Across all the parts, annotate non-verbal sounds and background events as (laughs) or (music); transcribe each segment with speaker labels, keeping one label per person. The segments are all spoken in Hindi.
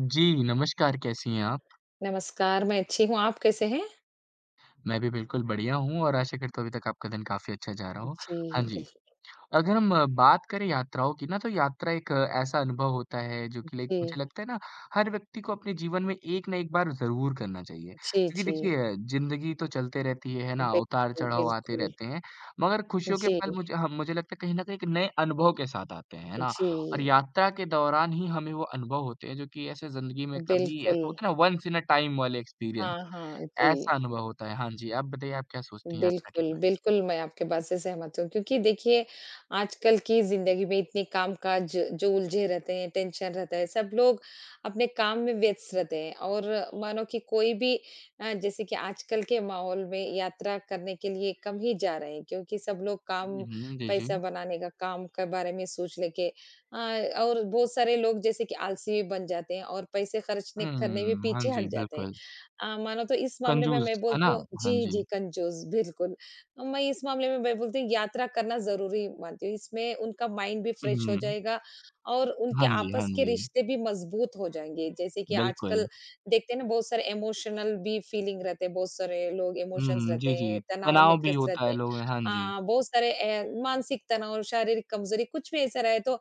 Speaker 1: जी, नमस्कार कैसी हैं आप?
Speaker 2: नमस्कार, मैं अच्छी हूँ, आप कैसे हैं?
Speaker 1: मैं भी बिल्कुल बढ़िया हूँ और आशा करता हूँ अभी तक आपका दिन काफ़ी अच्छा जा रहा हो।
Speaker 2: जी,
Speaker 1: हाँ जी,
Speaker 2: बिल्कुल,
Speaker 1: अगर हम बात करें यात्राओं की ना तो यात्रा एक ऐसा अनुभव होता है जो कि लाइक
Speaker 2: जी,
Speaker 1: मुझे लगता है ना हर व्यक्ति को अपने जीवन में एक ना एक बार जरूर करना चाहिए
Speaker 2: जी,
Speaker 1: क्योंकि
Speaker 2: जी।
Speaker 1: देखिए जिंदगी तो चलते रहती है ना उतार
Speaker 2: बिल्कुल,
Speaker 1: चढ़ाव आते
Speaker 2: बिल्कुल।
Speaker 1: रहते हैं मगर खुशियों के
Speaker 2: जी,
Speaker 1: पल मुझे लगता है कहीं ना कहीं एक नए अनुभव के साथ आते हैं है ना
Speaker 2: जी,
Speaker 1: और यात्रा के दौरान ही हमें वो अनुभव होते हैं जो कि ऐसे जिंदगी में कभी
Speaker 2: बिल्कुल।
Speaker 1: ऐसे होते हैं ना वंस इन अ टाइम वाले
Speaker 2: हाँ,
Speaker 1: एक्सपीरियंस
Speaker 2: हाँ, जी।
Speaker 1: ऐसा अनुभव होता है हाँ जी आप बताइए आप क्या सोचती हैं यात्रा के
Speaker 2: बिल्कुल,
Speaker 1: बारे में।
Speaker 2: बिल्कुल, मैं आपके बात से सहमत हूँ क्योंकि देखिए, आजकल की ज़िंदगी में इतने काम-काज जो उलझे रहते हैं, टेंशन रहता है, सब लोग अपने काम में व्यस्त रहते हैं और मानो कि कोई भी जैसे कि आजकल के माहौल में यात्रा करने के लिए कम ही जा रहे हैं क्योंकि सब लोग काम,
Speaker 1: जी जी।
Speaker 2: पैसा बनाने का काम के बारे में सोच लेके अ, और बहुत सारे लोग जैसे कि आलसी भी बन जाते हैं और पैसे खर्चने करने में
Speaker 1: हुँ, हाँ
Speaker 2: पीछे
Speaker 1: जी,
Speaker 2: हट जाते हैं।
Speaker 1: बिल्कुल।
Speaker 2: मानो तो इस मामले में
Speaker 1: कंजूस,
Speaker 2: मैं
Speaker 1: है
Speaker 2: बोलती
Speaker 1: ना?
Speaker 2: हूँ
Speaker 1: हाँ
Speaker 2: जी, जी,
Speaker 1: जी।
Speaker 2: कंजूस बिल्कुल। मैं इस मामले में मैं बोलती हूँ यात्रा करना ज़रूरी मानती हूँ। इसमें उनका माइंड भी फ्रेश हो
Speaker 1: हुँ,
Speaker 2: जाएगा और उनके
Speaker 1: हाँ जी, हाँ
Speaker 2: आपस के
Speaker 1: जी,
Speaker 2: रिश्ते भी मज़बूत हो जाएँगे। जैसे कि
Speaker 1: बिल्कुल।
Speaker 2: आजकल देखते हैं ना बहुत सारे इमोशनल भी फीलिंग रहते हैं, बहुत सारे लोग इमोशंस
Speaker 1: हुँ,
Speaker 2: रहते
Speaker 1: जी,
Speaker 2: हैं,
Speaker 1: जी,
Speaker 2: तनाव में
Speaker 1: तनाव भी
Speaker 2: ग्रस्त
Speaker 1: होता
Speaker 2: रहते
Speaker 1: है
Speaker 2: हैं।
Speaker 1: लोग हाँ जी।
Speaker 2: बहुत सारे मानसिक तनाव, शारीरिक कमज़ोरी कुछ भी ऐसा रहे तो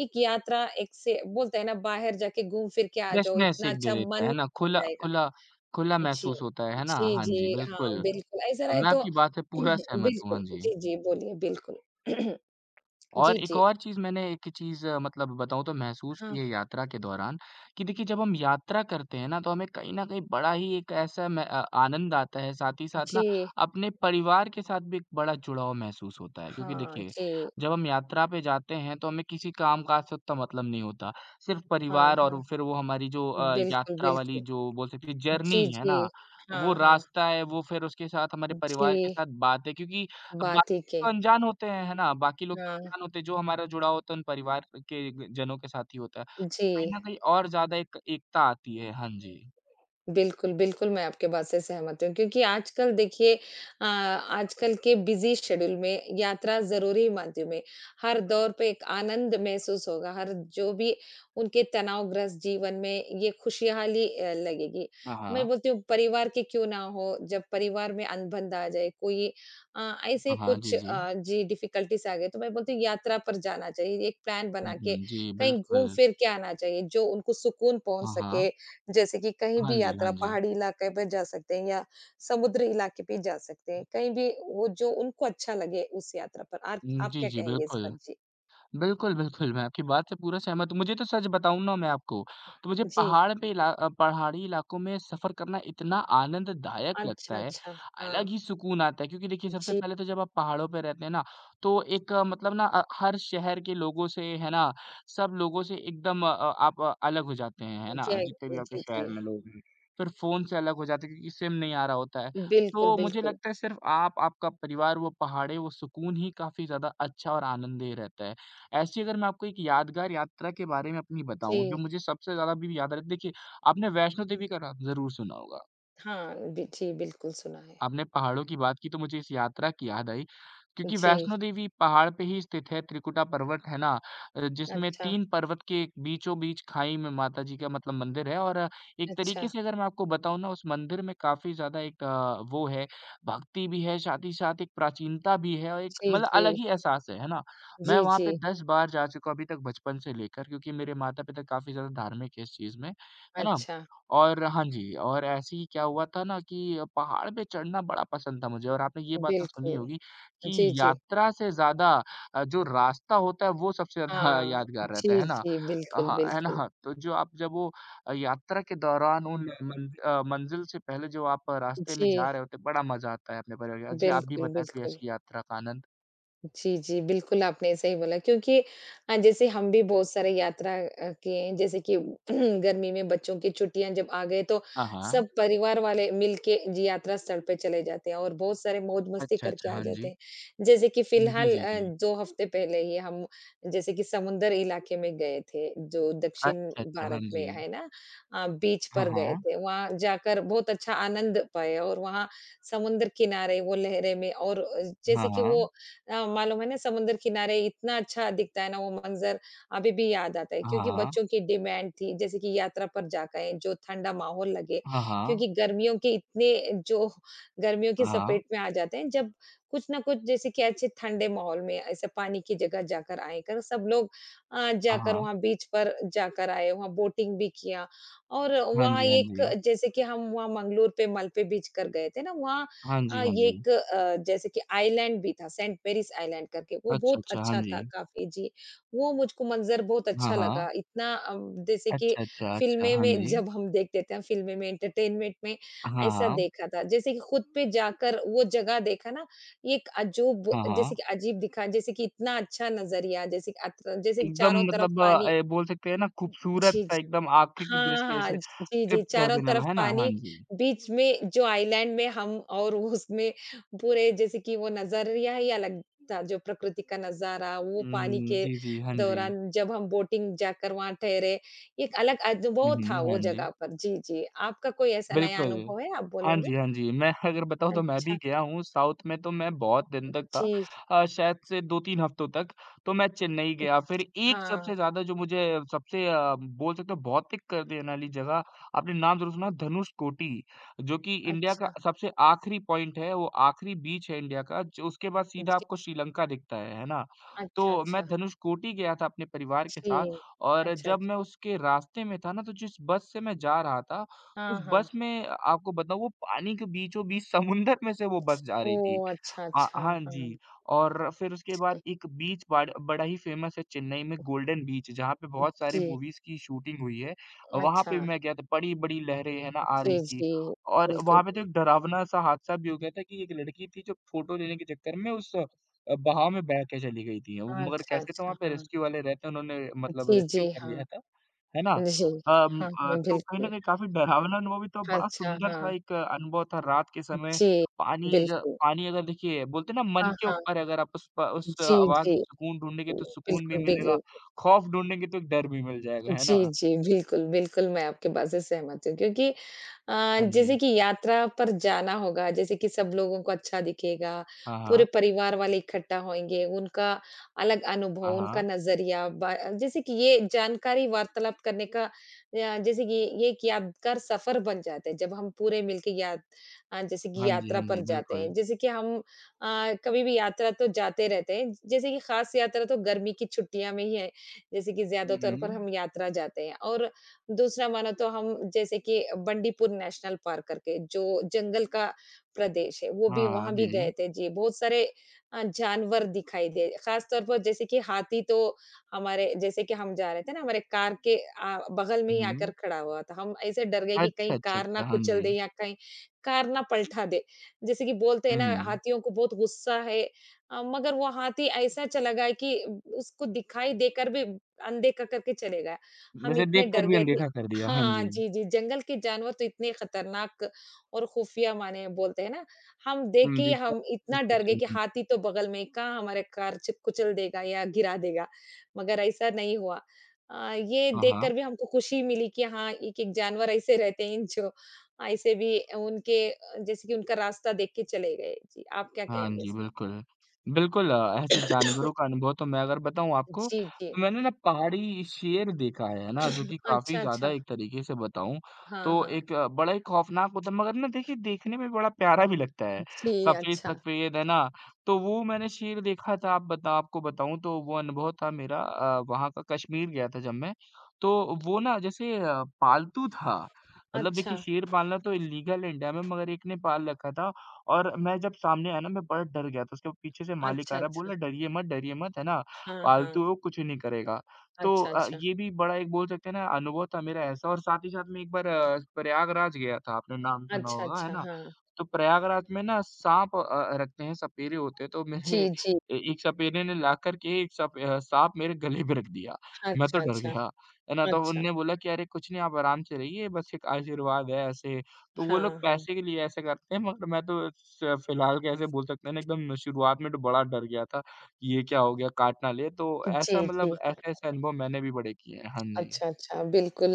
Speaker 2: एक यात्रा एक से बोलते हैं ना बाहर जाके घूम फिर के आ जाओ,
Speaker 1: फ्रेशनेस
Speaker 2: इतना
Speaker 1: एक दे
Speaker 2: अच्छा
Speaker 1: देता
Speaker 2: मन
Speaker 1: है ना?
Speaker 2: हो
Speaker 1: खुला
Speaker 2: जाएगा।
Speaker 1: खुला खुला
Speaker 2: जी।
Speaker 1: महसूस होता है ना?
Speaker 2: जी,
Speaker 1: हाँ
Speaker 2: जी,
Speaker 1: जी,
Speaker 2: हाँ,
Speaker 1: बिल्कुल।
Speaker 2: बिल्कुल, ऐसा रहे
Speaker 1: मैं
Speaker 2: तो
Speaker 1: आपकी बात से पूरा
Speaker 2: (clears throat)
Speaker 1: सहमत हूँ,
Speaker 2: बिल्कुल,
Speaker 1: हाँ जी।
Speaker 2: जी, जी, बोलिए बिल्कुल। (clears throat) जी,
Speaker 1: और एक
Speaker 2: जी,
Speaker 1: और चीज़ मैंने एक चीज़ अ, मतलब बताऊँ तो महसूस
Speaker 2: हाँ,
Speaker 1: की है यात्रा के दौरान कि देखिए जब हम यात्रा करते हैं ना, तो हमें कहीं न कहीं बड़ा ही एक ऐसा आनंद आता है, साथ ही साथ ना
Speaker 2: जी,
Speaker 1: अपने परिवार के साथ भी एक बड़ा जुड़ाव महसूस होता है। क्योंकि
Speaker 2: हाँ,
Speaker 1: देखिए,
Speaker 2: जी,
Speaker 1: जब हम यात्रा पे जाते हैं तो हमें किसी काम-काज से उतना मतलब नहीं होता। सिर्फ़
Speaker 2: हाँ,
Speaker 1: परिवार और
Speaker 2: हाँ,
Speaker 1: फिर वो हमारी जो
Speaker 2: बिल्कुल,
Speaker 1: यात्रा वाली
Speaker 2: बिल्कुल।
Speaker 1: जो बोल सकते हैं जर्नी
Speaker 2: जी,
Speaker 1: है ना,
Speaker 2: जी,
Speaker 1: वो
Speaker 2: हाँ, हाँ,
Speaker 1: रास्ता है, वो फिर उसके साथ हमारे
Speaker 2: जी,
Speaker 1: परिवार के साथ बातें क्योंकि
Speaker 2: बात ठीक है।
Speaker 1: तो अनजान होते हैं, है ना? बाकी लोग तो
Speaker 2: हाँ,
Speaker 1: अनजान होते हैं, जो हमारा जुड़ाव होता है उन परिवार के ग जनों के साथ ही होता है।
Speaker 2: जी।
Speaker 1: कहीं न कहीं और ज़्यादा एक एकता आती है। हाँ जी।
Speaker 2: बिल्कुल, बिल्कुल, मैं आपके बात से सहमत हूँ क्योंकि आजकल देखिए आजकल के बिज़ी शेड्यूल में यात्रा ज़रूरी मानती हूँ मैं। हर दौर पे एक आनंद महसूस होगा, हर जो भी उनके तनावग्रस्त जीवन में ये खुशहाली लगेगी।
Speaker 1: हाँ,
Speaker 2: मैं
Speaker 1: हाँ।
Speaker 2: बोलती हूँ परिवार के क्यों ना हो, जब परिवार में अनबन आ जाए, कोई ऐसे
Speaker 1: हाँ, हाँ।
Speaker 2: कुछ
Speaker 1: जी, जी।
Speaker 2: जी डिफ़िकल्टीज़ आ गए, तो मैं बोलती हूँ यात्रा पर जाना चाहिए, एक प्लान बना
Speaker 1: हुँ,
Speaker 2: के
Speaker 1: हुँ। जी,
Speaker 2: कहीं
Speaker 1: बिल्कुल।
Speaker 2: घूम-फिर के आना चाहिए, जो उनको सुकून पहुँच
Speaker 1: हाँ,
Speaker 2: सके
Speaker 1: हाँ।
Speaker 2: जैसे कि कहीं
Speaker 1: हाँ
Speaker 2: भी
Speaker 1: जी,
Speaker 2: यात्रा
Speaker 1: हाँ जी।
Speaker 2: पहाड़ी इलाके पे जा सकते हैं या समुद्री इलाके पे जा सकते हैं। कहीं भी वो जो उनको अच्छा लगे उस यात्रा पर।
Speaker 1: हुँ,
Speaker 2: आप
Speaker 1: जी,
Speaker 2: क्या
Speaker 1: जी,
Speaker 2: कहेंगे इस
Speaker 1: बिल्कुल।
Speaker 2: पर? जी।
Speaker 1: बिल्कुल, बिल्कुल, मैं आपकी बात से पूरा सहमत हूँ। मुझे तो सच बताऊँ ना मैं आपको, तो मुझे
Speaker 2: जी।
Speaker 1: पहाड़ पे पहाड़ी इलाकों में सफ़र करना इतना आनंददायक लगता
Speaker 2: अच्छा,
Speaker 1: है,
Speaker 2: अच्छा। हाँ।
Speaker 1: अलग ही सुकून आता है क्योंकि देखिए सबसे
Speaker 2: जी।
Speaker 1: पहले तो जब आप पहाड़ों पे रहते हैं ना, तो एक मतलब ना हर शहर के लोगों से है ना, सब लोगों से एकदम आप अलग हो जाते हैं, है ना?
Speaker 2: जय
Speaker 1: जितने भी आपके
Speaker 2: जी,
Speaker 1: शहर
Speaker 2: जी।
Speaker 1: में लोग हैं। फिर फ़ोन से अलग हो जाते हैं क्योंकि सिम नहीं आ रहा होता है।
Speaker 2: बिल्कुल,
Speaker 1: तो मुझे
Speaker 2: बिल्कुल।
Speaker 1: लगता है सिर्फ़ आप, आपका परिवार, वो पहाड़ें, वो सुकून ही काफ़ी ज़्यादा अच्छा और आनंद देह रहता है। ऐसी अगर मैं आपको एक यादगार यात्रा के बारे में अपनी बताऊँ, जो
Speaker 2: जी।
Speaker 1: मुझे सबसे ज़्यादा अभी भी याद रहती है देखिए, आपने वैष्णो देवी का नाम ज़रूर सुना होगा।
Speaker 2: हाँ, बि जी, बिल्कुल सुना है।
Speaker 1: आपने पहाड़ों की बात की तो मुझे इस यात्रा की याद आई क्योंकि
Speaker 2: जी।
Speaker 1: वैष्णो देवी पहाड़ पे ही स्थित है त्रिकुटा पर्वत है ना जिसमें
Speaker 2: अच्छा,
Speaker 1: 3 पर्वत के बीचों बीच खाई में माता जी का मतलब मंदिर है और एक
Speaker 2: अच्छा।
Speaker 1: तरीके से अगर मैं आपको बताऊँ ना उस मंदिर में काफ़ी ज़्यादा एक वो है भक्ति भी है साथ ही साथ एक प्राचीनता भी है और एक
Speaker 2: जी,
Speaker 1: मतलब
Speaker 2: जी।
Speaker 1: अलग ही एहसास है ना? मैं
Speaker 2: जी,
Speaker 1: वहाँ
Speaker 2: जी।
Speaker 1: पे 10 बार जा चुका हूँ अभी तक बचपन से लेकर क्योंकि मेरे माता-पिता काफ़ी ज़्यादा धार्मिक है इस चीज़ में, है ना?
Speaker 2: अच्छा।
Speaker 1: और हाँ जी, और ऐसे ही क्या हुआ था ना कि पहाड़ पे चढ़ना बड़ा पसंद था मुझे और आपने ये बात तो सुनी
Speaker 2: बिल्कुल।
Speaker 1: होगी कि
Speaker 2: जी, जी।
Speaker 1: यात्रा से ज़्यादा जो रास्ता होता है वो सबसे ज़्यादा (laughs)
Speaker 2: हाँ।
Speaker 1: यादगार रहता
Speaker 2: जी,
Speaker 1: है ना?
Speaker 2: जी। बिल्कुल,
Speaker 1: हाँ, है
Speaker 2: बिल्कुल।
Speaker 1: ना? तो जो आप जब वो यात्रा के दौरान उन मन (laughs) मंज़िल से पहले जो आप रास्ते में
Speaker 2: जी।
Speaker 1: जा रहे होते हैं, बड़ा मज़ा आता है अपने परिवार के साथ। जी, आप भी
Speaker 2: बिल्कुल,
Speaker 1: बताएँ कोई
Speaker 2: बिल्कुल।
Speaker 1: ऐसी यात्रा का आनंद?
Speaker 2: जी, जी, बिल्कुल आपने सही बोला क्योंकि जैसे हम भी बहुत सारे यात्रा किए हैं जैसे कि (clears throat) गर्मी में बच्चों की छुट्टियाँ जब आ गए तो
Speaker 1: हाँ,
Speaker 2: सब
Speaker 1: हाँ।
Speaker 2: परिवार वाले मिल के जी यात्रा स्थल पे चले जाते हैं और बहुत सारे मौज-मस्ती
Speaker 1: अच्छा,
Speaker 2: करके
Speaker 1: अच्छा,
Speaker 2: आ
Speaker 1: हाँ
Speaker 2: जाते
Speaker 1: जी।
Speaker 2: हैं। जैसे कि
Speaker 1: जी,
Speaker 2: फिलहाल
Speaker 1: जी, जी।
Speaker 2: 2 हफ्ते पहले ही हम जैसे कि समुंदर इलाके में गए थे जो दक्षिण
Speaker 1: अच्छा, अच्छा, हाँ
Speaker 2: भारत
Speaker 1: जी।
Speaker 2: में है ना? बीच
Speaker 1: हाँ,
Speaker 2: पर गए
Speaker 1: हाँ।
Speaker 2: थे। वहाँ जाकर बहुत अच्छा आनंद पाए और वहाँ समुद्र किनारे वो लहरें में और
Speaker 1: हाँ,
Speaker 2: जैसे कि वो
Speaker 1: हाँ।
Speaker 2: मालूम है ना समुंदर किनारे इतना अच्छा दिखता है ना वो मंजर अभी भी याद आता है
Speaker 1: हाँ,
Speaker 2: क्योंकि बच्चों
Speaker 1: हाँ।
Speaker 2: की डिमांड थी जैसे कि यात्रा पर जाकर जो ठंडा माहौल लगे
Speaker 1: हाँ, हाँ।
Speaker 2: क्योंकि गर्मियों के इतने जो गर्मियों की
Speaker 1: हाँ, हाँ।
Speaker 2: चपेट में आ जाते हैं जब कुछ ना कुछ जैसे कि अच्छे ठंडे माहौल में ऐसे पानी की जगह जाकर आए कर सब लोग
Speaker 1: हाँ,
Speaker 2: जाकर
Speaker 1: हाँ।
Speaker 2: वहाँ बीच पर जाकर आए वहाँ बोटिंग भी किया और
Speaker 1: हाँ
Speaker 2: वहाँ
Speaker 1: जी, हाँ
Speaker 2: एक
Speaker 1: जी।
Speaker 2: जैसे कि हम वहाँ मंगलोर पे मलपे बीच कर गए थे ना वहाँ
Speaker 1: हाँ जी, हाँ
Speaker 2: ये
Speaker 1: जी।
Speaker 2: एक जैसे कि आइलैंड भी था, सेंट पेरिस आइलैंड करके, वो
Speaker 1: अच्छा,
Speaker 2: बहुत
Speaker 1: अच्छा, हाँ
Speaker 2: अच्छा
Speaker 1: जी।
Speaker 2: था काफ़ी जी। वो मुझको मंज़र बहुत
Speaker 1: हाँ,
Speaker 2: अच्छा
Speaker 1: हाँ।
Speaker 2: लगा, इतना जैसे कि
Speaker 1: अच्छा, अच्छा, अच्छा,
Speaker 2: फ़िल्में
Speaker 1: हाँ
Speaker 2: में
Speaker 1: जी।
Speaker 2: जब हम देखते थे, फ़िल्में में एंटरटेनमेंट में
Speaker 1: हाँ,
Speaker 2: ऐसा
Speaker 1: हाँ।
Speaker 2: देखा था। जैसे कि खुद पे जाकर वो जगह देखा ना, ये एक अजूब
Speaker 1: हाँ,
Speaker 2: जैसे
Speaker 1: हाँ।
Speaker 2: कि अजीब दिखा, जैसे कि इतना अच्छा नज़रिया, जैसे कि अत जैसे कि
Speaker 1: एकदम
Speaker 2: चारों तरफ
Speaker 1: मतलब
Speaker 2: पानी
Speaker 1: ए, बोल सकते हैं ना
Speaker 2: जी,
Speaker 1: खूबसूरत-सा
Speaker 2: जी।
Speaker 1: एकदम आँखें की
Speaker 2: हाँ,
Speaker 1: दृष्टि
Speaker 2: हाँ।
Speaker 1: से
Speaker 2: जी, जी,
Speaker 1: तृप्त कर
Speaker 2: चारों
Speaker 1: देने
Speaker 2: तरफ
Speaker 1: वाला, है ना? हाँ
Speaker 2: पानी,
Speaker 1: जी।
Speaker 2: बीच में जो आइलैंड में हम और वो उसमें पूरे जैसे कि वो नज़रिया ही अलग था, जो प्रकृति का नज़ारा, वो पानी
Speaker 1: हुँ,
Speaker 2: के
Speaker 1: जी, जी, हाँ जी।
Speaker 2: दौरान जब हम बोटिंग जाकर वहाँ ठहरे, एक अलग
Speaker 1: हुँ,
Speaker 2: अनुभव था
Speaker 1: हुँ,
Speaker 2: वो
Speaker 1: हाँ जी।
Speaker 2: जगह पर। जी, जी। आपका कोई ऐसा नया
Speaker 1: बिल्कुल।
Speaker 2: अनुभव है, आप
Speaker 1: हाँ
Speaker 2: बोलेंगे?
Speaker 1: जी, हाँ जी। मैं अगर बताऊँ तो मैं भी
Speaker 2: अच्छा,
Speaker 1: गया हूँ साउथ में तो मैं बहुत दिन तक था
Speaker 2: जी।
Speaker 1: शायद से 2-3 हफ्तों तक। तो मैं चेन्नई गया फिर एक
Speaker 2: हाँ,
Speaker 1: सबसे ज़्यादा जो मुझे सबसे बोल सकते हो भौतिक कर देने वाली जगह आपने नाम ज़रूर सुना है धनुषकोटी जो कि इंडिया का
Speaker 2: अच्छा,
Speaker 1: सबसे आखिरी पॉइंट है, वो आखिरी बीच है इंडिया का जो उसके बाद सीधा
Speaker 2: जी।
Speaker 1: आपको श्रीलंका दिखता है ना?
Speaker 2: अच्छा,
Speaker 1: तो
Speaker 2: अच्छा।
Speaker 1: मैं धनुषकोटी गया था अपने परिवार के
Speaker 2: जी।
Speaker 1: साथ और
Speaker 2: अच्छा,
Speaker 1: जब मैं
Speaker 2: अच्छा।
Speaker 1: उसके रास्ते में था ना तो जिस बस से मैं जा रहा था तो
Speaker 2: हाँ,
Speaker 1: उस
Speaker 2: हाँ।
Speaker 1: बस में आपको बताऊँ वो पानी के बीचों-बीच समुंदर में से वो बस जा रही थी।
Speaker 2: ओह! अच्छा,
Speaker 1: हाँ
Speaker 2: अच्छा।
Speaker 1: हाँ
Speaker 2: हाँ।
Speaker 1: जी, और फिर उसके बाद एक बीच बाड बड़ा ही फ़ेमस है चेन्नई में गोल्डन बीच जहाँ पे बहुत सारी
Speaker 2: जी,
Speaker 1: मूवीज़ की शूटिंग हुई है। वहाँ
Speaker 2: अच्छा।
Speaker 1: पे भी मैं गया था, बड़ी-बड़ी लहरें है ना आ
Speaker 2: जी,
Speaker 1: रही थी
Speaker 2: जी।
Speaker 1: और
Speaker 2: बिल्कुल,
Speaker 1: वहाँ पे तो
Speaker 2: बिल्कुल।
Speaker 1: एक डरावना-सा हादसा भी हो गया था कि एक लड़की थी जो फ़ोटो लेने के चक्कर में उस बहाव में बह के चली गई थी। वो मगर
Speaker 2: अच्छा,
Speaker 1: कैसे तो
Speaker 2: अच्छा,
Speaker 1: वहाँ पे
Speaker 2: हाँ।
Speaker 1: रेस्क्यू वाले रहते हैं, उन्होंने मतलब
Speaker 2: जी,
Speaker 1: रेस्क्यू
Speaker 2: जी,
Speaker 1: कर
Speaker 2: हाँ।
Speaker 1: लिया था। है ना?
Speaker 2: जी। हाँ, हाँ,
Speaker 1: तो कहीं न
Speaker 2: बिल्कुल।
Speaker 1: कहीं काफ़ी डरावना अनुभव भी तो बड़ा
Speaker 2: अच्छा,
Speaker 1: सुंदर-सा
Speaker 2: हाँ।
Speaker 1: एक अनुभव था रात के समय
Speaker 2: जी,
Speaker 1: पानी अ,
Speaker 2: बिल्कुल।
Speaker 1: पानी अगर देखिए बोलते हैं ना मन
Speaker 2: हाँ,
Speaker 1: के
Speaker 2: हाँ।
Speaker 1: ऊपर है अगर आप उस प उस
Speaker 2: जी,
Speaker 1: आवाज़
Speaker 2: जी।
Speaker 1: में सुकून ढूँढेंगे तो सुकून भी
Speaker 2: बिल्कुल, बिग
Speaker 1: मिलेगा, खौफ़ ढूँढेंगे तो एक डर भी मिल जाएगा, है
Speaker 2: जी,
Speaker 1: ना?
Speaker 2: जी। बिल्कुल, बिल्कुल, मैं आपके बात से सहमत हूँ क्योंकि
Speaker 1: हाँ
Speaker 2: जैसे
Speaker 1: जी।
Speaker 2: कि यात्रा पर जाना होगा, जैसे कि सब लोगों को अच्छा दिखेगा,
Speaker 1: हाँ,
Speaker 2: पूरे
Speaker 1: हाँ।
Speaker 2: परिवार वाले इकट्ठा होएँगे, उनका अलग अनुभव,
Speaker 1: हाँ,
Speaker 2: उनका
Speaker 1: हाँ।
Speaker 2: नज़रिया ब जैसे कि ये जानकारी वार्तालाप करने का या जैसे कि ये एक यादगार सफ़र बन जाता है, जब हम पूरे मिलके यात जैसे कि
Speaker 1: हाँ जी,
Speaker 2: यात्रा
Speaker 1: हाँ
Speaker 2: पर
Speaker 1: जी,
Speaker 2: जाते हैं।
Speaker 1: बिल्कुल।
Speaker 2: जैसे कि हम कभी भी यात्रा तो जाते रहते हैं, जैसे कि ख़ास यात्रा तो गर्मी की छुट्टियाँ में ही है जैसे कि
Speaker 1: हुँ,
Speaker 2: ज़्यादातर पर
Speaker 1: हुँ।
Speaker 2: हम यात्रा जाते हैं और दूसरा मानो तो हम जैसे कि बंडीपुर नेशनल पार्क करके जो जंगल का प्रदेश है वो भी
Speaker 1: हाँ,
Speaker 2: वहां भी
Speaker 1: जी,
Speaker 2: गए
Speaker 1: जी।
Speaker 2: थे जी बहुत सारे जानवर दिखाई दे खास तौर पर जैसे कि हाथी तो हमारे जैसे कि हम जा रहे थे ना हमारे कार के बगल में ही आकर
Speaker 1: हुँ।
Speaker 2: खड़ा हुआ था हम ऐसे डर गए कि कहीं
Speaker 1: अच्छा, अच्छा,
Speaker 2: कार ना
Speaker 1: अच्छा। हाँ
Speaker 2: कुचल दे
Speaker 1: जी।
Speaker 2: या कहीं कार ना पलटा दे जैसे कि बोलते हैं ना
Speaker 1: हुँ।
Speaker 2: हाथियों को बहुत गुस्सा है मगर वो हाथी ऐसा चला गया कि उसको दिखाई देकर भी अनदेखा करके चले गया। हम
Speaker 1: वैसे
Speaker 2: इतने डर
Speaker 1: देखकर भी
Speaker 2: गए थे
Speaker 1: अनदेखा कर दिया। हाँ
Speaker 2: हाँ,
Speaker 1: जी।
Speaker 2: जी, जी, जंगल के जानवर तो इतने खतरनाक और खुफिया माने बोलते हैं ना, हम देख
Speaker 1: हुँ,
Speaker 2: के
Speaker 1: जी।
Speaker 2: हम
Speaker 1: क्या
Speaker 2: इतना डर
Speaker 1: होते
Speaker 2: गए कि
Speaker 1: हैं।
Speaker 2: हाथी तो बगल में कहाँ हमारे कार च कुचल देगा या गिरा देगा, मगर ऐसा नहीं हुआ। ये
Speaker 1: हाँ, हाँ।
Speaker 2: देखकर भी हमको खुशी मिली कि हाँ, एक-एक जानवर ऐसे रहते हैं जो ऐसे भी उनके जैसे कि उनका रास्ता देख के चले गए। जी, आप क्या
Speaker 1: हाँ
Speaker 2: कहेंगे
Speaker 1: जी,
Speaker 2: इस पर?
Speaker 1: बिल्कुल। बिल्कुल, ऐसे जानवरों का अनुभव तो मैं अगर बताऊँ आपको,
Speaker 2: जी, जी।
Speaker 1: तो मैंने ना पहाड़ी शेर देखा है ना? जो कि काफ़ी
Speaker 2: अच्छा,
Speaker 1: ज़्यादा
Speaker 2: अच्छा।
Speaker 1: एक तरीके से बताऊँ,
Speaker 2: हाँ,
Speaker 1: तो
Speaker 2: हाँ।
Speaker 1: एक बड़ा ही खौफ़नाक होता है, मगर ना देखिए, देखने में बड़ा प्यारा भी लगता है।
Speaker 2: जी, अच्छा।
Speaker 1: सफ़ेद-सफ़ेद, है ना? तो वो मैंने शेर देखा था, आप बता आपको बताऊँ, तो वो अनुभव था मेरा वहाँ का कश्मीर गया था जब मैं, तो वो ना जैसे पालतू था। मतलब देखिए,
Speaker 2: अच्छा।
Speaker 1: शेर पालना तो इल्लीगल है इंडिया में, मगर एक ने पाल रखा था और मैं जब सामने आया ना मैं बड़ा डर गया था, उसके पीछे से मालिक
Speaker 2: अच्छा,
Speaker 1: आ रहा है
Speaker 2: अच्छा।
Speaker 1: बोला डरिए मत, है ना?
Speaker 2: हाँ, हाँ।
Speaker 1: पालतू है वो कुछ नहीं करेगा। तो
Speaker 2: अच्छा, अच्छा।
Speaker 1: ये भी बड़ा एक बोल सकते हैं ना अनुभव था मेरा ऐसा और साथ ही साथ मैं एक बार प्रयागराज गया था, आपने नाम सुना
Speaker 2: अच्छा,
Speaker 1: होगा, है
Speaker 2: अच्छा।
Speaker 1: ना?
Speaker 2: हाँ।
Speaker 1: तो प्रयागराज में ना साँप रखते हैं, सपेरे होते हैं, तो
Speaker 2: जी,
Speaker 1: मेरे
Speaker 2: जी।
Speaker 1: ए एक सपेरे ने लाकर के एक साँप मेरे गले पे रख दिया। मैं तो
Speaker 2: अच्छा,
Speaker 1: डर
Speaker 2: अच्छा।
Speaker 1: गया, है ना? तो
Speaker 2: अच्छा।
Speaker 1: उनने बोला कि अरे कुछ नहीं आप आराम से रहिए, बस एक आशीर्वाद है ऐसे तो वो
Speaker 2: हाँ,
Speaker 1: लोग
Speaker 2: हाँ।
Speaker 1: पैसे के लिए ऐसा करते हैं मगर मैं तो स फ़िलहाल कैसे बोल सकते हैं ना एकदम शुरुआत में तो बड़ा डर गया था, कि ये क्या हो गया काट ना ले, तो
Speaker 2: जी,
Speaker 1: ऐसा
Speaker 2: जी।
Speaker 1: मतलब ऐसे-ऐसे अनुभव मैंने भी बड़े किए हैं। हाँ जी।
Speaker 2: अच्छा, अच्छा, बिल्कुल।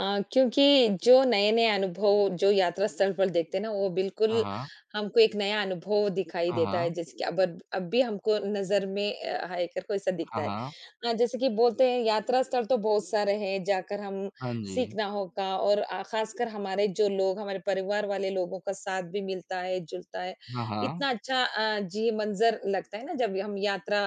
Speaker 2: अ, क्योंकि जो नए-नए अनुभव जो यात्रा स्थल पर देखते हैं ना, वो
Speaker 1: हाँ,
Speaker 2: बिल्कुल
Speaker 1: हाँ।
Speaker 2: हमको एक नया अनुभव दिखाई
Speaker 1: हाँ,
Speaker 2: देता है,
Speaker 1: हाँ।
Speaker 2: जैसे कि अब भी हमको नज़र में है करको ऐसा दिखता
Speaker 1: हाँ,
Speaker 2: है।
Speaker 1: हाँ।
Speaker 2: जैसे कि बोलते हैं यात्रा स्थल तो बहुत सारे हैं, जाकर हम
Speaker 1: हाँ जी।
Speaker 2: सीखना होगा और ख़ासकर हमारे जो लोग, हमारे परिवार वाले लोगों का साथ भी मिलता है, जुलता है।
Speaker 1: हाँ, हाँ।
Speaker 2: इतना अच्छा जी मंज़र लगता है ना, जब हम यात्रा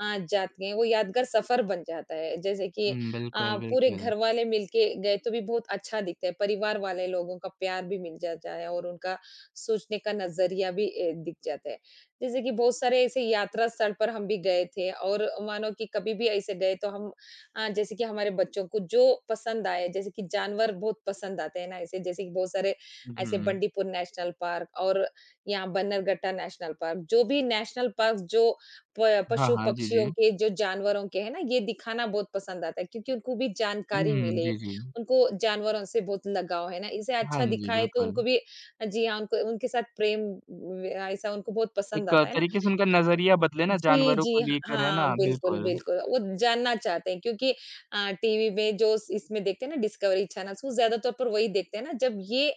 Speaker 2: जाते हैं, वो यादगार सफ़र बन जाता है। जैसे कि
Speaker 1: हुँ,
Speaker 2: अ,
Speaker 1: बिल्कुल,
Speaker 2: पूरे
Speaker 1: बिल्कुल।
Speaker 2: घर वाले मिलके गए तो भी बहुत अच्छा दिखता है, परिवार वाले लोगों का प्यार भी मिल जाता है और उनका सोचने का नज़रिया भी दिख जाता है। जैसे कि बहुत सारे ऐसे यात्रा स्थल पर हम भी गए थे और मानो कि कभी भी ऐसे गए तो हम जैसे कि हमारे बच्चों को जो पसंद आए, जैसे कि जानवर बहुत पसंद आते हैं ना ऐसे, जैसे कि बहुत सारे ऐसे
Speaker 1: हुँ।
Speaker 2: बंडीपुर नेशनल पार्क और यहाँ बन्नरघट्टा नेशनल पार्क, जो भी नेशनल पार्क जो प
Speaker 1: हाँ,
Speaker 2: पशु
Speaker 1: हाँ। जी, जी।
Speaker 2: पक्षियों के जो जानवरों के है ना, ये दिखाना बहुत पसंद आता है क्योंकि उनको भी जानकारी
Speaker 1: हुँ,
Speaker 2: मिले,
Speaker 1: जी, जी।
Speaker 2: उनको जानवरों से बहुत लगाव है ना, इसे
Speaker 1: हाँ
Speaker 2: अच्छा
Speaker 1: जी,
Speaker 2: दिखाए तो
Speaker 1: बिल्कुल।
Speaker 2: उनको भी जी हाँ, उनको उनके साथ प्रेम व ऐसा उनको बहुत पसंद
Speaker 1: एक
Speaker 2: आता है ना।
Speaker 1: तरीके से उनका नज़रिया बदले ना
Speaker 2: जी,
Speaker 1: जानवरों
Speaker 2: जी।
Speaker 1: को लेकर, है
Speaker 2: हाँ,
Speaker 1: ना?
Speaker 2: बिल्कुल,
Speaker 1: बिल्कुल।
Speaker 2: बिल्कुल। वो जानना चाहते हैं क्योंकि टीवी में जो स इसमें देखते हैं ना डिस्कवरी चैनल्स वो ज़्यादातर पर वही देखते हैं ना, जब ये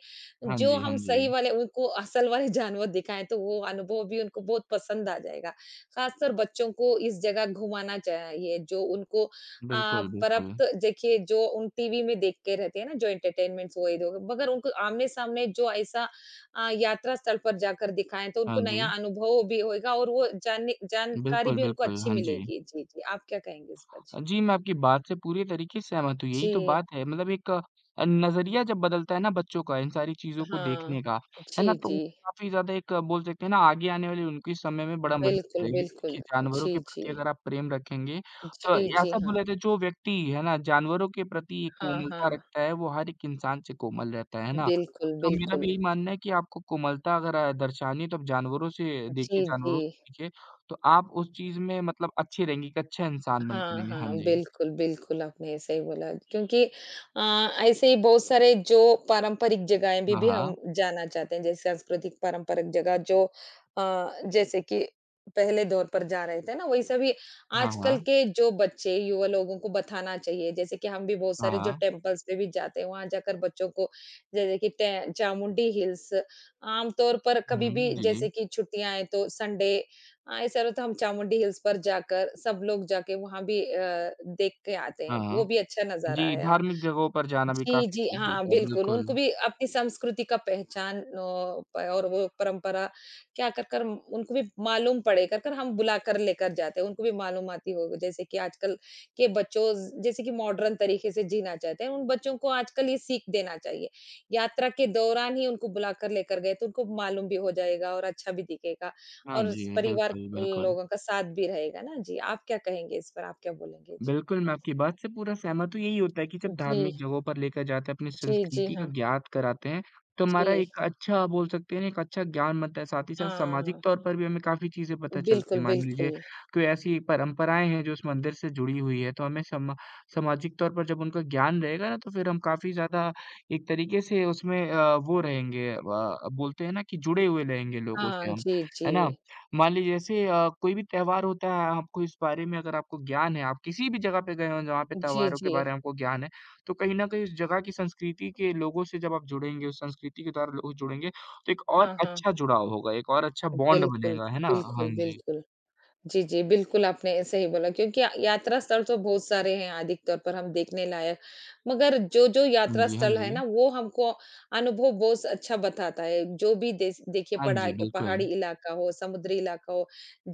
Speaker 1: हाँ
Speaker 2: जो
Speaker 1: जी, हाँ
Speaker 2: हम
Speaker 1: जी।
Speaker 2: सही वाले उनको असल वाले (laughs) जानवर दिखाएँ तो वो अनुभव भी उनको बहुत पसंद आ जाएगा। ख़ासकर बच्चों को इस जगह घुमाना चाहिए जो उनको
Speaker 1: बिल्कुल, बिल्कुल।
Speaker 2: पर्याप्त देखिए जो उन टीवी में देखते रहते हैं ना जो एंटरटेनमेंट्स वही दो मगर उनको आमने-सामने जो ऐसा यात्रा स्थल पर जाकर दिखाएँ, तो उनको
Speaker 1: हाँ जी।
Speaker 2: नया अनुभव भी होएगा और वो जानने जानकारी
Speaker 1: बिल्कुल,
Speaker 2: भी उनको
Speaker 1: बिल्कुल।
Speaker 2: अच्छी
Speaker 1: हाँ जी।
Speaker 2: मिलेगी। जी, जी, आप क्या कहेंगे इस पर? जी।
Speaker 1: जी, मैं आपकी बात से पूरी तरीके से सहमत हूँ। यही तो
Speaker 2: जी,
Speaker 1: बात है मतलब एक नज़रिया जब बदलता है ना बच्चों का इन सारी चीज़ों को
Speaker 2: हाँ।
Speaker 1: देखने का, है ना?
Speaker 2: जी,
Speaker 1: तो
Speaker 2: जी।
Speaker 1: काफ़ी ज़्यादा एक बोल सकते हैं ना आगे आने वाले उनके समय में बड़ा मदद
Speaker 2: बिल्कुल,
Speaker 1: करेगी क्योंकि
Speaker 2: बिल्कुल।
Speaker 1: देखिए जानवरों
Speaker 2: जी,
Speaker 1: के
Speaker 2: जी।
Speaker 1: प्रति अगर आप प्रेम रखेंगे तो
Speaker 2: जी, जी,
Speaker 1: ऐसा
Speaker 2: हाँ।
Speaker 1: बोला जाता है जो व्यक्ति है ना जानवरों के प्रति एक
Speaker 2: हाँ,
Speaker 1: कोमलता
Speaker 2: हाँ।
Speaker 1: रखता है वो हर एक इंसान से कोमल रहता है ना?
Speaker 2: बिल्कुल,
Speaker 1: तो मेरा
Speaker 2: बिल्कुल।
Speaker 1: भी यही मानना है कि आपको कोमलता अगर दर्शानी है तो आप जानवरों से देखिए,
Speaker 2: जी, जी।
Speaker 1: जानवरों से सीखिए। तो आप उस चीज़ में मतलब अच्छी रहेंगी कि अच्छा इंसान बनके
Speaker 2: हाँ,
Speaker 1: रहेंगी। हाँ
Speaker 2: हाँ,
Speaker 1: जी।
Speaker 2: बिल्कुल, बिल्कुल, आपने सही बोला क्योंकि अ, ऐसे ही बहुत सारे जो पारंपरिक जगहें भी
Speaker 1: हाँ,
Speaker 2: भी हम
Speaker 1: हाँ।
Speaker 2: जाना चाहते हैं, जैसे सांस्कृतिक पारंपरिक जगह जो जैसे कि पहले दौर पर जा रहे थे ना, वही सभी
Speaker 1: हाँ,
Speaker 2: आजकल
Speaker 1: हाँ।
Speaker 2: के जो बच्चे, युवा लोगों को बताना चाहिए, जैसे कि हम भी बहुत
Speaker 1: हाँ,
Speaker 2: सारे जो
Speaker 1: हाँ।
Speaker 2: टेम्पल्स पे भी जाते हैं, वहाँ जाकर बच्चों को जैसे कि टे चामुंडी हिल्स, आमतौर पर कभी भी
Speaker 1: हुँ, जी,
Speaker 2: जैसे
Speaker 1: जी।
Speaker 2: कि छुट्टियाँ हैं, तो संडे ऐसा रहे तो हम चामुंडी हिल्स पर जाकर सब लोग जाके वहाँ भी देख के आते हैं,
Speaker 1: हाँ,
Speaker 2: वो
Speaker 1: हाँ।
Speaker 2: भी अच्छा नज़ारा
Speaker 1: जी,
Speaker 2: है।
Speaker 1: धार्मिक जगहों पर जाना भी
Speaker 2: जी,
Speaker 1: काफ़ी
Speaker 2: जी।
Speaker 1: सीख
Speaker 2: हाँ,
Speaker 1: देता है,
Speaker 2: बिल्कुल,
Speaker 1: बिल्कुल।
Speaker 2: उनको भी अपनी संस्कृति का पहचान अ, प और वो परंपरा क्या कर कर उनको भी मालूम पड़े, कर कर हम बुलाकर लेकर जाते हैं, उनको भी मालूमाती हो। जैसे कि आजकल के बच्चों ज जैसे कि मॉडर्न तरीके से जीना चाहते हैं, उन बच्चों को आजकल ये सीख देना चाहिए। यात्रा के दौरान ही उनको बुलाकर लेकर गए, तो उनको मालूम भी हो जाएगा और अच्छा भी दिखेगा
Speaker 1: हाँ
Speaker 2: और
Speaker 1: जी,
Speaker 2: स परिवार
Speaker 1: बिल्कुल, बिल्कुल।
Speaker 2: लोगों का साथ भी रहेगा ना। जी, आप क्या कहेंगे इस पर? आप क्या बोलेंगे? जी।
Speaker 1: बिल्कुल, मैं आपकी बात से पूरा सहमत हूँ। यही होता है कि जब
Speaker 2: जी,
Speaker 1: धार्मिक जगहों पर लेकर जाते हैं, अपनी
Speaker 2: जी, जी,
Speaker 1: संस्कृति का
Speaker 2: हाँ।
Speaker 1: ज्ञात कराते हैं, तो हमारा
Speaker 2: जी।
Speaker 1: एक अच्छा बोल सकते हैं ना, एक अच्छा ज्ञान बनता है। साथ ही साथ सामाजिक
Speaker 2: हाँ,
Speaker 1: तौर पर भी हमें काफ़ी चीज़ें पता चलती
Speaker 2: बिल्कुल,
Speaker 1: हैं। मान लीजिए,
Speaker 2: बिल्कुल।
Speaker 1: कोई ऐसी परंपराएँ हैं जो उस मंदिर से जुड़ी हुई है, तो हमें समा सामाजिक तौर पर जब उनका ज्ञान रहेगा ना, तो फिर हम काफ़ी ज़्यादा एक तरीके से उसमें वो रहेंगे बोलते हैं ना कि जुड़े हुए रहेंगे लोगों से
Speaker 2: हाँ,
Speaker 1: हम,
Speaker 2: जी,
Speaker 1: है ना?
Speaker 2: जी।
Speaker 1: मान लीजिए जैसे कोई भी त्योहार होता है आपको इस बारे में अगर आपको ज्ञान है, आप किसी भी जगह पे गए हों जहाँ पे
Speaker 2: जी,
Speaker 1: त्योहारों के
Speaker 2: जी।
Speaker 1: बारे में आपको ज्ञान है, तो कहीं न कहीं उस जगह की संस्कृति के लोगों से जब आप जुड़ेंगे, उस संस्कृति के द्वारा लोग जुड़ेंगे, तो एक
Speaker 2: हाँ,
Speaker 1: और
Speaker 2: हाँ।
Speaker 1: अच्छा जुड़ाव होगा, एक और अच्छा बॉन्ड
Speaker 2: बिल्कुल,
Speaker 1: बनेगा, है ना? हाँ
Speaker 2: बिल्कुल,
Speaker 1: जी।
Speaker 2: बिल्कुल। जी, जी, बिल्कुल आपने सही बोला क्योंकि या यात्रा स्थल तो बहुत सारे हैं अधिक तौर पर हम देखने लायक, मगर जो-जो
Speaker 1: हाँ
Speaker 2: यात्रा
Speaker 1: जी, हाँ
Speaker 2: स्थल है ना
Speaker 1: जी।
Speaker 2: वो हमको अनुभव बहुत अच्छा बताता है। जो भी देश देखिए
Speaker 1: हाँ
Speaker 2: पढ़ा
Speaker 1: जी, बिल्कुल।
Speaker 2: पहाड़ी इलाका हो, समुद्री इलाका हो,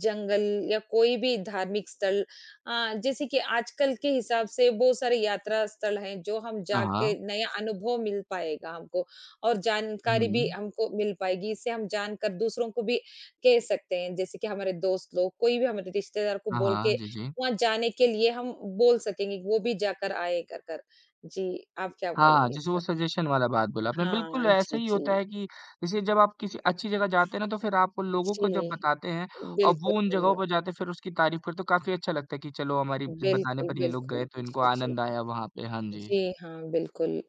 Speaker 2: जंगल या कोई भी धार्मिक स्थल जैसे कि आजकल के हिसाब से बहुत सारे यात्रा स्थल हैं जो हम
Speaker 1: हाँ,
Speaker 2: जाके
Speaker 1: हाँ।
Speaker 2: नया अनुभव मिल पाएगा हमको और जानकारी भी
Speaker 1: हुँ।
Speaker 2: हमको मिल पाएगी। इससे हम जानकर दूसरों को भी कह सकते हैं, जैसे कि हमारे दोस्त लोग, कोई भी हमारे रिश्तेदार को
Speaker 1: हाँ,
Speaker 2: बोल के
Speaker 1: हाँ। जी, जी।
Speaker 2: वहाँ जाने के लिए हम बोल सकेंगे, कि वो भी जाकर आए कर कर। जी, आप क्या
Speaker 1: हाँ,
Speaker 2: बोलेंगे इस
Speaker 1: जैसे वो
Speaker 2: पर?
Speaker 1: सजेशन वाला बात बोला आपने,
Speaker 2: हाँ,
Speaker 1: बिल्कुल ऐसे
Speaker 2: जी,
Speaker 1: ही
Speaker 2: जी।
Speaker 1: होता है कि जैसे जब आप किसी अच्छी जगह जाते हैं ना, तो फिर आप उन लोगों
Speaker 2: जी,
Speaker 1: को जब बताते हैं और वो उन जगहों
Speaker 2: बिल्कुल।
Speaker 1: पर जाते हैं, फिर उसकी तारीफ़ करते तो काफ़ी अच्छा लगता है कि चलो हमारी बताने
Speaker 2: बिल्कुल,
Speaker 1: पर ये लोग
Speaker 2: बिल्कुल।
Speaker 1: गए, तो इनको
Speaker 2: जी, जी।
Speaker 1: आनंद आया वहाँ पे। हाँ जी।
Speaker 2: जी हाँ, बिल्कुल।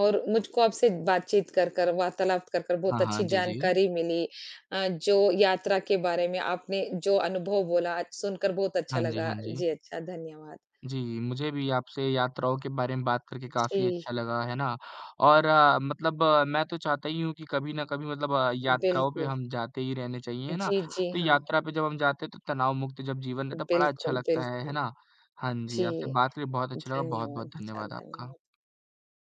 Speaker 2: और मुझको आपसे बातचीत कर कर, वार्तालाप कर कर बहुत
Speaker 1: हाँ, हाँ।
Speaker 2: अच्छी
Speaker 1: जी, जी।
Speaker 2: जानकारी मिली। जो यात्रा के बारे में आपने जो अनुभव बोला, आज सुनकर बहुत अच्छा
Speaker 1: हाँ जी,
Speaker 2: लगा।
Speaker 1: हाँ जी।
Speaker 2: जी अच्छा, धन्यवाद।
Speaker 1: जी, मुझे भी आपसे यात्राओं के बारे में बात करके काफ़ी
Speaker 2: जी,
Speaker 1: अच्छा लगा, है ना? और मतलब मैं तो चाहता ही हूँ कि कभी न कभी मतलब यात्राओं पे
Speaker 2: बिल्कुल।
Speaker 1: हम जाते ही रहने चाहिए, है ना?
Speaker 2: जी, जी,
Speaker 1: तो
Speaker 2: हाँ।
Speaker 1: यात्रा पे जब हम जाते हैं तो तनाव मुक्त जब जीवन रहता है, बड़ा अच्छा
Speaker 2: बिल्कुल,
Speaker 1: लगता है
Speaker 2: बिल्कुल।
Speaker 1: ना? हाँ जी,
Speaker 2: जी,
Speaker 1: आपसे बात करके बहुत अच्छा लगा,
Speaker 2: धन्यवाद।
Speaker 1: बहुत-बहुत
Speaker 2: अच्छा,
Speaker 1: धन्यवाद आपका।
Speaker 2: धन्यवाद।